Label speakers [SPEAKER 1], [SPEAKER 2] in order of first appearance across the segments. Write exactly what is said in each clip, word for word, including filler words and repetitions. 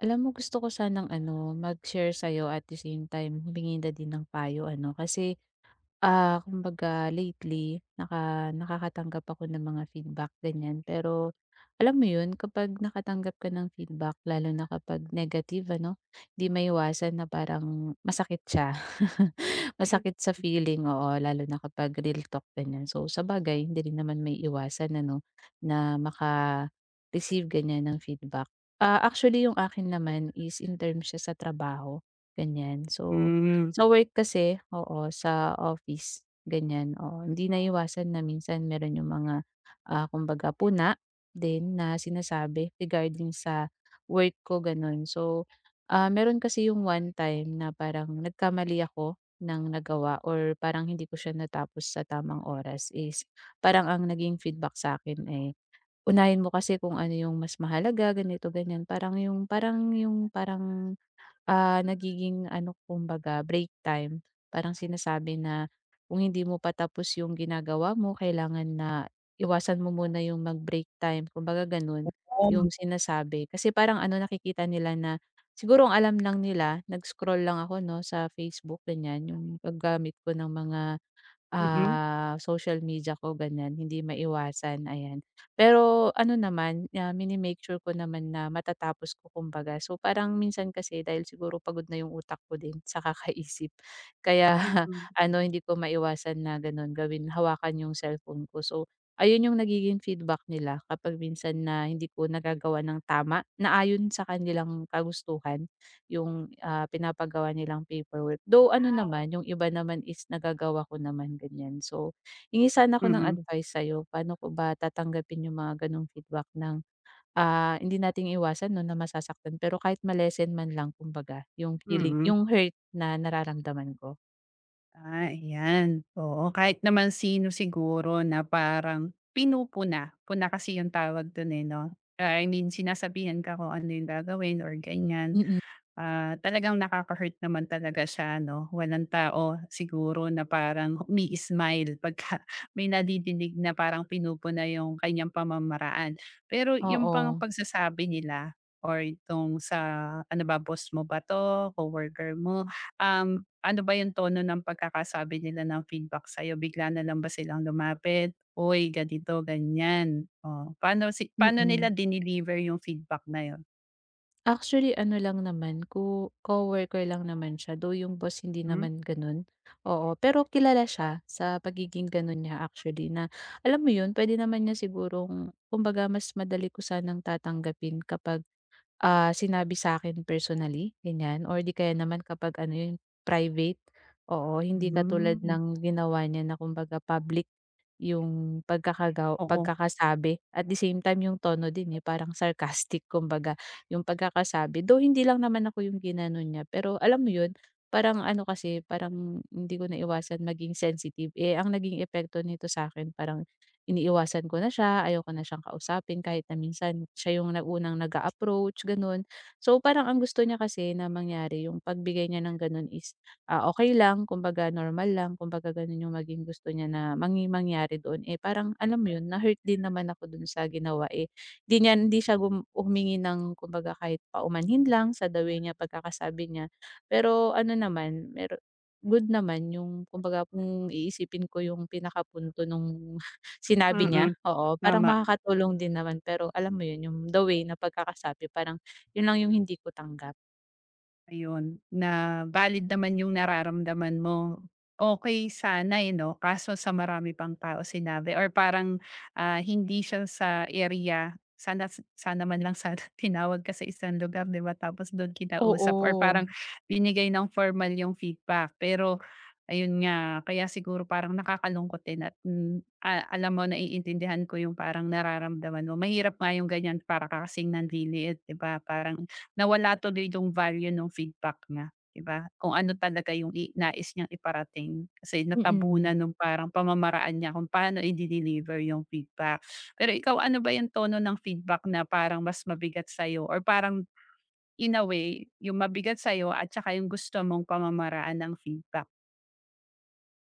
[SPEAKER 1] Alam mo gusto ko sanang ano, mag-share sa'yo at the same time humingi na din ng payo ano, kasi. Ah, kumbaga lately naka nakakatanggap ako ng mga feedback ganyan. Pero alam mo 'yun kapag nakatanggap ka ng feedback lalo na kapag negative ano, 'di maiwasan na parang masakit siya. Masakit sa feeling, oo, lalo na kapag real talk ganyan. So sa bagay hindi rin naman maiiwasan ano na maka-receive ganyan ng feedback. Ah, actually yung akin naman is in terms siya sa trabaho, ganyan. So
[SPEAKER 2] Mm,
[SPEAKER 1] sa work kasi, oo, sa office, ganyan, oo. Hindi naiwasan na minsan meron yung mga, ah, kumbaga puna din na sinasabi regarding sa work ko, gano'n. So, ah, meron kasi yung one time na parang nagkamali ako ng nagawa or parang hindi ko siya natapos sa tamang oras is parang ang naging feedback sa akin eh, "Unahin mo kasi kung ano yung mas mahalaga, ganito, ganyan." Parang yung parang yung parang Ah, Nagiging ano kumbaga break time. Parang sinasabi na kung hindi mo patapos yung ginagawa mo kailangan na iwasan mo muna yung mag-break time kumbaga ganun
[SPEAKER 2] oo,
[SPEAKER 1] yung sinasabi. Kasi parang ano nakikita nila na siguro ang alam lang nila nag-scroll lang ako 'no sa Facebook ganyan yung paggamit ko ng mga
[SPEAKER 2] mm,
[SPEAKER 1] ah, social media ko ganyan, hindi maiwasan, ayan. Pero ano naman, ah, mini-make sure ko naman na matatapos ko kumbaga. So parang minsan kasi dahil siguro pagod na yung utak ko din sa kakaisip. Kaya
[SPEAKER 2] mm,
[SPEAKER 1] ano, hindi ko maiwasan na ganun gawin, hawakan yung cellphone ko. So ayun yung nagiging feedback nila kapag minsan na hindi ko nagagawa ng tama na ayon sa kanilang kagustuhan. Yung, ah, pinapagawa nilang paperwork. Though ano wow naman, yung iba naman is nagagawa ko naman, ganyan. So, hingi sana ako ng
[SPEAKER 2] mm,
[SPEAKER 1] advice sa'yo, paano ko ba tatanggapin yung mga gano'ng feedback ng, ah, hindi nating iwasan 'no na masasaktan, pero kahit ma man lang kumbaga yung feeling
[SPEAKER 2] mm.
[SPEAKER 1] yung hurt na nararamdaman ko.
[SPEAKER 2] Ah, ayan, oo, kahit naman sino siguro na parang pinupuna, puna kasi yung tawag dun, eh, 'no? I mean, sinasabihan ka kung ano yung gagawin or ganyan.
[SPEAKER 1] Mm,
[SPEAKER 2] Ah, talagang nakaka-hurt naman talaga siya 'no, walang tao siguro na parang umi-smile pagka may nadidinig na parang pinupuna yung kanyang pamamaraan. Pero yung pang
[SPEAKER 1] oo.
[SPEAKER 2] pagsasabi nila or itong sa ano ba, boss mo ba 'to, coworker mo, um, ano ba yung tono ng pagkakasabi nila ng feedback sa'yo? Bigla na lang ba silang lumapit, "Uy, ganito, ganyan." Oh, paano si paano nila
[SPEAKER 1] Mm.
[SPEAKER 2] dineliver yung feedback na yun?
[SPEAKER 1] Actually ano lang naman, co coworker lang naman siya, though yung boss hindi
[SPEAKER 2] Hmm,
[SPEAKER 1] naman gano'n, oo. Pero kilala siya sa pagiging gano'n niya actually na alam mo 'yun, pwede naman niya sigurong kumbaga mas madali ko sanang tatanggapin kapag Ah, sinabi sa akin personally, ganyan or di kaya naman kapag ano yun, private, oo. Hindi katulad
[SPEAKER 2] hmm.
[SPEAKER 1] ng ginawa niya na kumbaga public yung pagkakagaw
[SPEAKER 2] Oo.
[SPEAKER 1] pagkakasabi. At the same time yung tono din, eh, parang sarcastic kumbaga yung pagkakasabi. Though hindi lang naman ako yung ginanon niya, pero alam mo yun, parang ano kasi, parang hindi ko naiwasan maging sensitive. Eh, ang naging epekto nito sa akin parang iniiwasan ko na siya, ayoko na siyang kausapin kahit na minsan siya yung na unang nag approach gano'n. So, parang ang gusto niya kasi na mangyari yung pagbigay niya ng gano'n is, ah, okay lang, kumbaga normal lang, kumbaga gano'n yung maging gusto niya na mangi mangyari doon. Eh, parang alam mo yun, na-hurt din naman ako do'n sa ginawa, eh, 'di niya hindi siya gum humingi ng kumbaga kahit paumanhin lang sa the way niya, pagkakasabi niya. Pero ano naman, mer, good naman yung kumbaga kung iisipin ko yung pinakapunto nung sinabi niya,
[SPEAKER 2] Mm,
[SPEAKER 1] oo, parang
[SPEAKER 2] tama,
[SPEAKER 1] makakatulong din naman pero alam mo yun yung the way na pagkakasabi parang yun lang yung hindi ko tanggap.
[SPEAKER 2] ayun. Na valid naman yung nararamdaman mo. Okey sana, eh, 'no, kaso sa marami pang tao sinabi or parang, ah, hindi siya sa area sana sana man lang sana tinawag ka sa isang lugar, 'di ba, tapos dun kinausap or
[SPEAKER 1] Oo,
[SPEAKER 2] parang binigay ng formal yung feedback. Pero ayun nga, kaya siguro parang nakakalungkot din at, hmm, a alam mo naiintindihan ko yung parang nararamdaman mo. Mahirap nga yung ganyan para ka kasing nanliliit, 'di ba, parang. Nawala tuloy yung value ng feedback niya, 'di ba? Kung ano talaga yung i nais niyang iparating kasi
[SPEAKER 1] mm.
[SPEAKER 2] natabunan nung parang pamamaraan niya kung paano i deliver yung feedback. Pero ikaw, ano ba yung tono ng feedback na parang mas mabigat sa'yo or parang in a way, yung mabigat sa'yo at saka yung gusto mong pamamaraan ng feedback.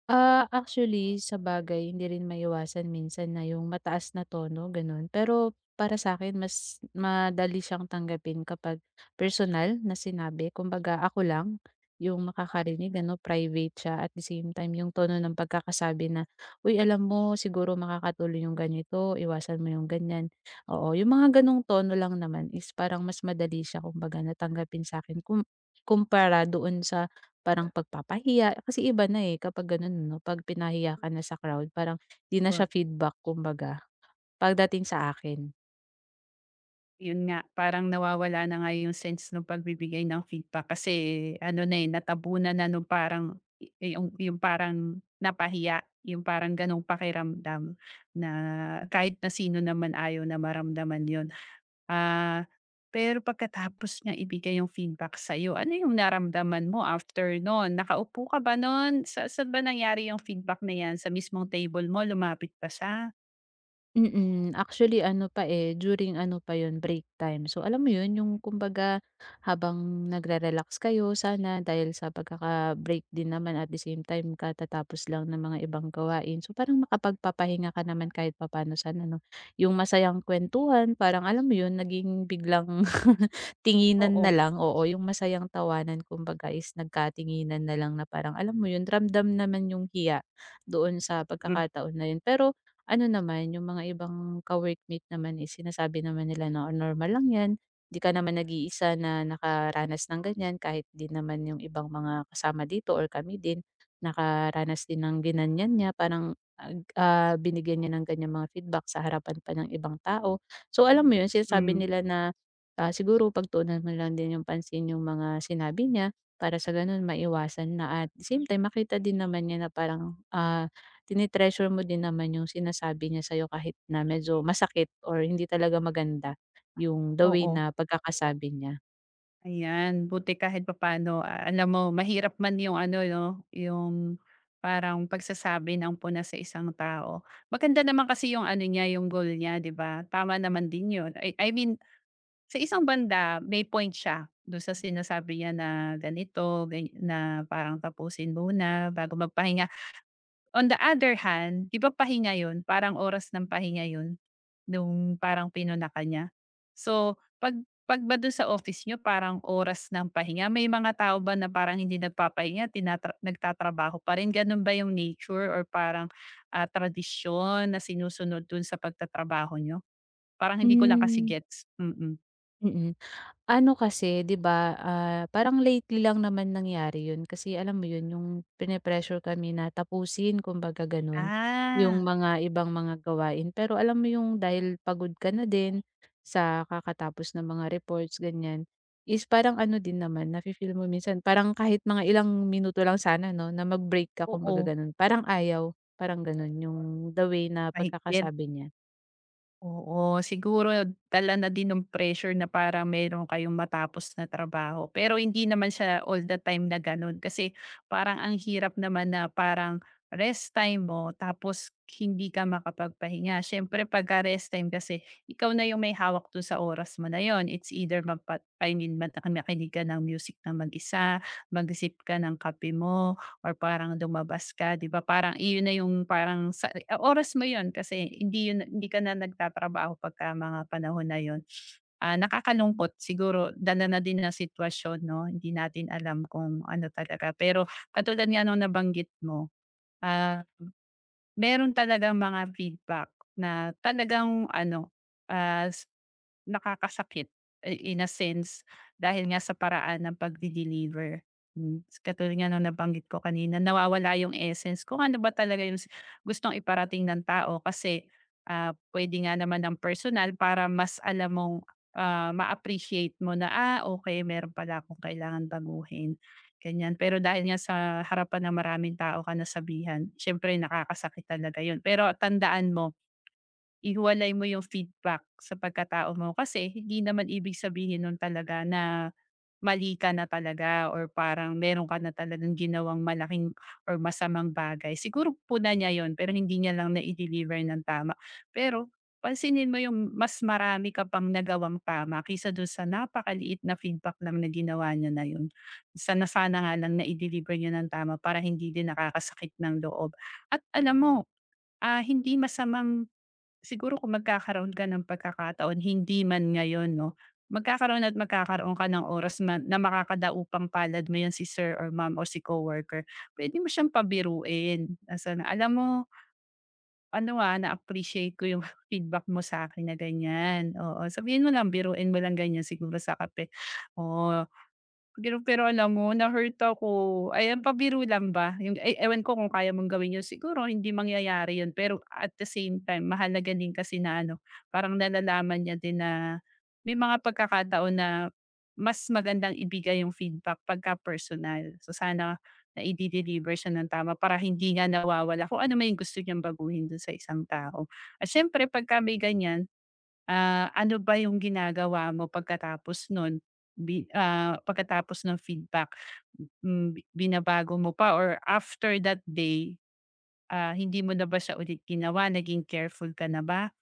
[SPEAKER 1] Ah, actually sa bagay hindi rin maiwasan minsan na yung mataas na tono gano'n. Pero para sa akin mas madali siyang tanggapin kapag personal na sinabi. Kumbaga ako lang yung makakarinig ano, private siya at the same time yung tono ng pagkakasabi na, "Uy alam mo siguro makakatuloy yung ganito, iwasan mo yung ganyan." Oo, yung mga gano'ng tono lang naman is parang mas madali siya kumbaga na tanggapin sa'kin kum kumpara doon sa parang pagpapahiya kasi iba na, eh, kapag gano'n 'no, 'pag pinahiya ka na sa crowd parang 'di na siya feedback kumbaga, pagdating sa akin.
[SPEAKER 2] Yun nga, parang nawawala na nga yung sense ng pagbibigay ng feedback kasi ano na, eh, natabunan na nung parang i yung yung parang napahiya, yung parang ganong pakiramdam na kahit na sino naman ayaw na maramdaman yun. Ah, pero pagkatapos niya ibigay yung feedback sa'yo, ano yung naramdaman mo after nun? Nakaupo ka ba nun? Sa saan ba nangyari yung feedback na yan, sa mismong table mo, lumapit ba siya?
[SPEAKER 1] Mm, actually ano pa, eh, during ano pa 'yun, break time. So alam mo 'yun, yung kumbaga habang nagre-relax kayo sana dahil sa pagkaka-break din naman at the same time katatapos lang ng mga ibang gawain. So parang makapagpapahinga ka naman kahit papaano sana 'no. Yung masayang kuwentuhan parang alam mo 'yun, naging biglang tinginan na
[SPEAKER 2] Oo,
[SPEAKER 1] lang, oo, yung masayang tawanan kumbaga is nagkatinginan na lang na parang alam mo yun, ramdam naman yung hiya doon sa
[SPEAKER 2] mm,
[SPEAKER 1] pagkakataon na yun. Pero ano naman, yung mga ibang ka-workmate naman is sinasabi naman nila na "Oh, normal lang yan, 'di ka naman nag-iisa na nakaranas ng ganyan kahit di naman yung ibang mga kasama dito or kami din nakaranas din ng ginanyan niya, parang ag ah, binigyan niya ng ganyang mga feedback sa harapan pa ng ibang tao. So alam mo yun, sinasabi
[SPEAKER 2] mm,
[SPEAKER 1] nila na Ah, siguro pagtuunan mo lang din yung pansin yung mga sinabi niya para sa gano'n maiwasan na at same time makita din naman niya na parang, ah, tinitreasure mo din naman yung sinasabi niya sa'yo kahit na medyo masakit or hindi talaga maganda yung the way
[SPEAKER 2] oo.
[SPEAKER 1] na pagkakasabi niya.
[SPEAKER 2] Ayan, buti kahit papaano, ah, alam mo mahirap man yung ano 'no, yung parang pagsasabi ng puna sa isang tao. Maganda naman kasi yung ano niya, yung goal niya 'di ba? Tama naman din yun. I I mean sa isang banda may point siya dun sa sinasabi niya na ganito, gan na parang tapusin muna bago magpahinga. On the other hand, 'di ba pahinga yun, parang oras ng pahinga yun? Nung parang pinunaka niya. So, 'pag 'pag ba dun sa office niyo parang oras ng pahinga, may mga tao ba na parang hindi nagpapahinga tinatra nagtatrabaho pa rin, ganun ba yung nature or parang, ah, tradisyon na sinusunod dun sa pagtatrabaho niyo? Parang hindi ko lang kasi
[SPEAKER 1] Hmm.
[SPEAKER 2] gets, mm.
[SPEAKER 1] Mm. Ano kasi 'di ba, ah, parang lately lang naman nangyari yun kasi alam mo yun yung pine-pressure kami na tapusin kumbaga ganun, yung
[SPEAKER 2] Ah,
[SPEAKER 1] mga ibang mga gawain pero alam mo yung dahil pagod ka na din sa kakatapos ng mga reports ganyan, is parang ano din naman nafi-feel mo minsan parang kahit mga ilang minuto lang sana 'no na mag-break ka kumbaga
[SPEAKER 2] oo,
[SPEAKER 1] ganun, parang ayaw, parang ganun yung the way na
[SPEAKER 2] mahigpit.
[SPEAKER 1] pagkakasabi niya.
[SPEAKER 2] Oo, siguro dala na din ng pressure na parang meron kayong matapos na trabaho. Pero hindi naman siya all the time na ganun kasi parang ang hirap naman na parang rest time mo tapos hindi ka makapagpahinga. Siyempre pagka rest time kasi ikaw na yung may hawak dun sa oras mo na yon. It's either magpa, I mean, mat- makinig ka ng music na mag-isa, mag-isip ka ng kape mo, or parang lumabas ka, 'di ba, parang iyon na yung parang sa oras mo yun kasi hindi yun hindi ka na nagtatrabaho pagka mga panahon na yon. Ah, nakakalungkot siguro dala na din ng sitwasyon 'no, hindi natin alam kung ano talaga. Pero katulad nga nung nabanggit mo, ah, meron talagang mga feedback na talagang ano, ah nakakasakit, i in a sense dahil nga sa paraan ng pagde-deliver. Hmm, katulad nga ng nabanggit ko kanina nawawala yung essence kung ano ba talaga yung s gustong iparating ng tao kasi, ah, puwede nga naman ng personal para mas alam mong, ah, ma-appreciate mo na, "Ah, okay meron pala akong kailangan baguhin," ganyan. Pero dahil nga sa harapan ng maraming tao ka nasabihan, siyempre nakakasakit talaga yun. Pero tandaan mo, ihiwalay mo yung feedback sa pagkatao mo kasi hindi naman ibig sabihin nun talaga na mali ka na talaga or parang meron ka na talagang ginawang malaking or masamang bagay. Siguro puna niya yun pero hindi niya lang na deliver ng tama. Pero pansinin mo yung mas marami ka pang nagawang tama kaysa dun sa napakaliit na feedback lang na ginawa niya na yun. Sana sana nga lang na deliver niya ng tama para hindi din nakakasakit ng loob. At alam mo, ah, hindi masamang siguro kung magkakaroon ka ng pagkakataon, hindi man ngayon 'no, magkakaroon at magkakaroon ka ng oras man na makakadaupang palad mo 'yan si sir or ma'am o si coworker, puwede mo siyang pabiruin. Asa na "Alam mo ano, ah, na-appreciate ko yung feedback mo sa'kin na ganyan." Oo, sabihin mo lang, biruin mo lang ganyan siguro sa kape, "Oh, pero pero alam mo na-hurt ako." Ayan, pabiro lang ba yung e ewan ko kung kaya mong gawin yun, siguro hindi mangyayari yun. Pero at the same time mahalaga din kasi na ano, parang nalalaman niya din na may mga pagkakataon na mas magandang ibigay yung feedback pagka personal. So sana naide-deliver siya ng tama para hindi nga nawawala kung ano may gusto niyang baguhin dun sa isang tao. At siyempre pagka may ganyan, ah, ano ba yung ginagawa mo pagkatapos nun? Bi ah, pagkatapos ng feedback, hmm, binabago mo pa or after that day, ah, hindi mo na ba siya ulit ginawa, naging careful ka na ba?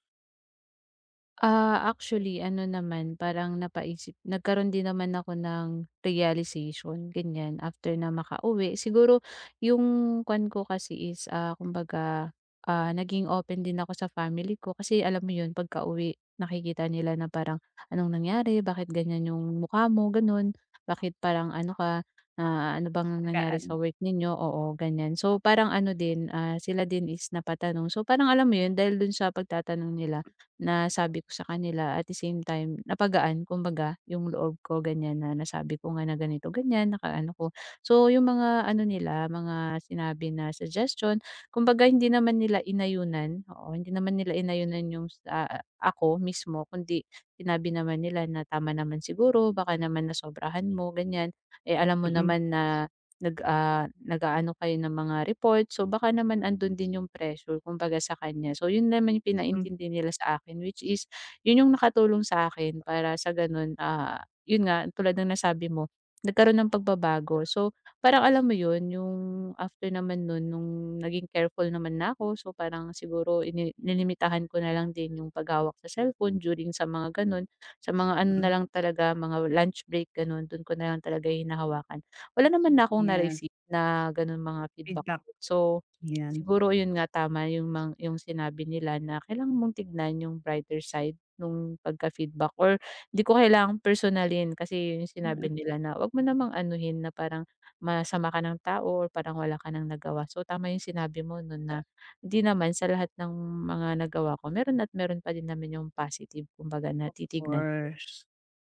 [SPEAKER 1] Ah, actually ano naman parang napaisip nagkaroon din naman ako ng realization ganyan after na makauwi. Siguro yung kwan ko kasi is, ah, kumbaga, ah, naging open din ako sa family ko kasi alam mo yun pagkauwi nakikita nila na parang, "Anong nangyari? Bakit ganyan yung mukha mo?" Ganun. "Bakit parang ano ka, ah, ano bang nangyari
[SPEAKER 2] Tagaan.
[SPEAKER 1] sa work ninyo?" Oo, ganyan. So, parang ano din, ah, sila din is napatanong. So, parang alam mo yun dahil dun sa pagtatanong nila nasabi ko sa kanila at the same time napagaan kumbaga yung loob ko ganyan na nasabi ko nga na ganito, ganyan, nakaano ko. So yung mga ano nila, mga sinabi na suggestion, kumbaga hindi naman nila inayunan, oo, hindi naman nila inayunan yung sa ako mismo kundi sinabi naman nila na tama naman siguro, baka naman nasobrahan mo ganyan. Eh, alam mo
[SPEAKER 2] Hmm.
[SPEAKER 1] naman na Nag, ah, nag-aano kayo ng mga report so baka naman andun din yung pressure kumbaga sa kanya. So yun naman yung
[SPEAKER 2] Mm, hmm,
[SPEAKER 1] pinaintindi nila sa akin which is yun yung nakatulong sa akin para sa ganun, ah, yun nga tulad ng nasabi mo, nagkaroon ng pagbabago. So parang alam mo yun yung after naman nun nung naging careful naman na ako so parang siguro ini nilimitahan ko na lang din yung paghawak sa cellphone during sa mga ganun, sa mga ano na
[SPEAKER 2] mm.
[SPEAKER 1] lang talaga mga lunch break ganun, dun ko na lang talaga yung hinahawakan. Wala naman na akong
[SPEAKER 2] Ayan,
[SPEAKER 1] na-receive na gano'ng mga feedback.
[SPEAKER 2] feedback,
[SPEAKER 1] So,
[SPEAKER 2] ayan.
[SPEAKER 1] siguro yun nga tama yung mang yung sinabi nila na kailangan mong tignan yung brighter side nung pagka-feedback or 'di ko kailangang personalin kasi yun yung sinabi
[SPEAKER 2] Mm,
[SPEAKER 1] nila na wag mo namang anuhin na parang masama ka ng tao or parang wala ka ng nagawa. So, tama yung sinabi mo nun na hindi naman sa lahat ng mga nagawa ko meron at meron pa din naman yung positive kumbaga na
[SPEAKER 2] of
[SPEAKER 1] titignan.
[SPEAKER 2] course.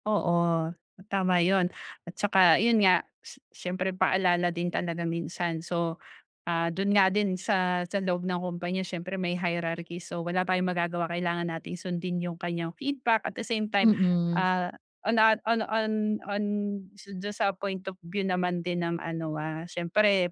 [SPEAKER 2] Oo, tama 'yun at saka 'yun nga si siyempre paalala din talaga minsan so, ah, dun nga din sa sa loob ng kumpanya siyempre may hierarchy. So, wala tayong magagawa kailangan nating sundin yung kanyang feedback at the same
[SPEAKER 1] Mm.
[SPEAKER 2] time,
[SPEAKER 1] Mm.
[SPEAKER 2] ah, on a on on on so dun sa point of view naman din ng ano, ah, siyempre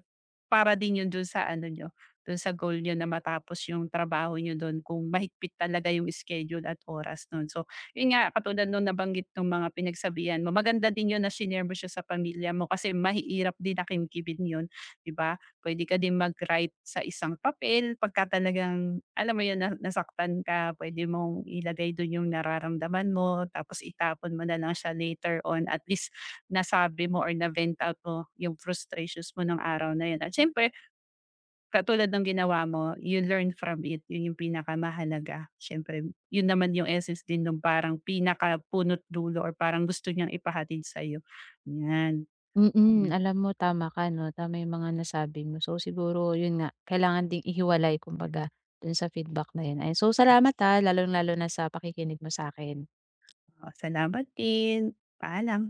[SPEAKER 2] para din yun dun sa ano niyo, dun sa goal niyo na matapos yung trabaho nyo dun kung mahigpit talaga yung schedule at oras nun. So, yun nga katulad nung nabanggit nung mga pinagsabihan mo, maganda din yun na shinare mo siya sa pamilya mo kasi mahirap din na yun, 'di ba? Puwede ka din mag-write sa isang papel pagka talagang alam mo yun na nasaktan ka pwede mong ilagay dun yung nararamdaman mo tapos itapon mo na lang siya later on at least nasabi mo or na-vent out mo yung frustrations mo ng araw na yun at siyempre katulad ng ginawa mo you learn from it yun yung pinakamahalaga. Siyempre yun naman yung essence din ng parang pinakapunot dulo or parang gusto niyang ipahatid sa'yo, yan.
[SPEAKER 1] Mm,
[SPEAKER 2] Hmm,
[SPEAKER 1] alam mo tama ka 'no, tama yung mga nasabi mo. So siguro yun nga, kailangan ding ihiwalay kumbaga dun sa feedback na yun. Ay so salamat ha, lalong-lalo na sa pakikinig mo sa akin
[SPEAKER 2] oo, salamat din, paalam.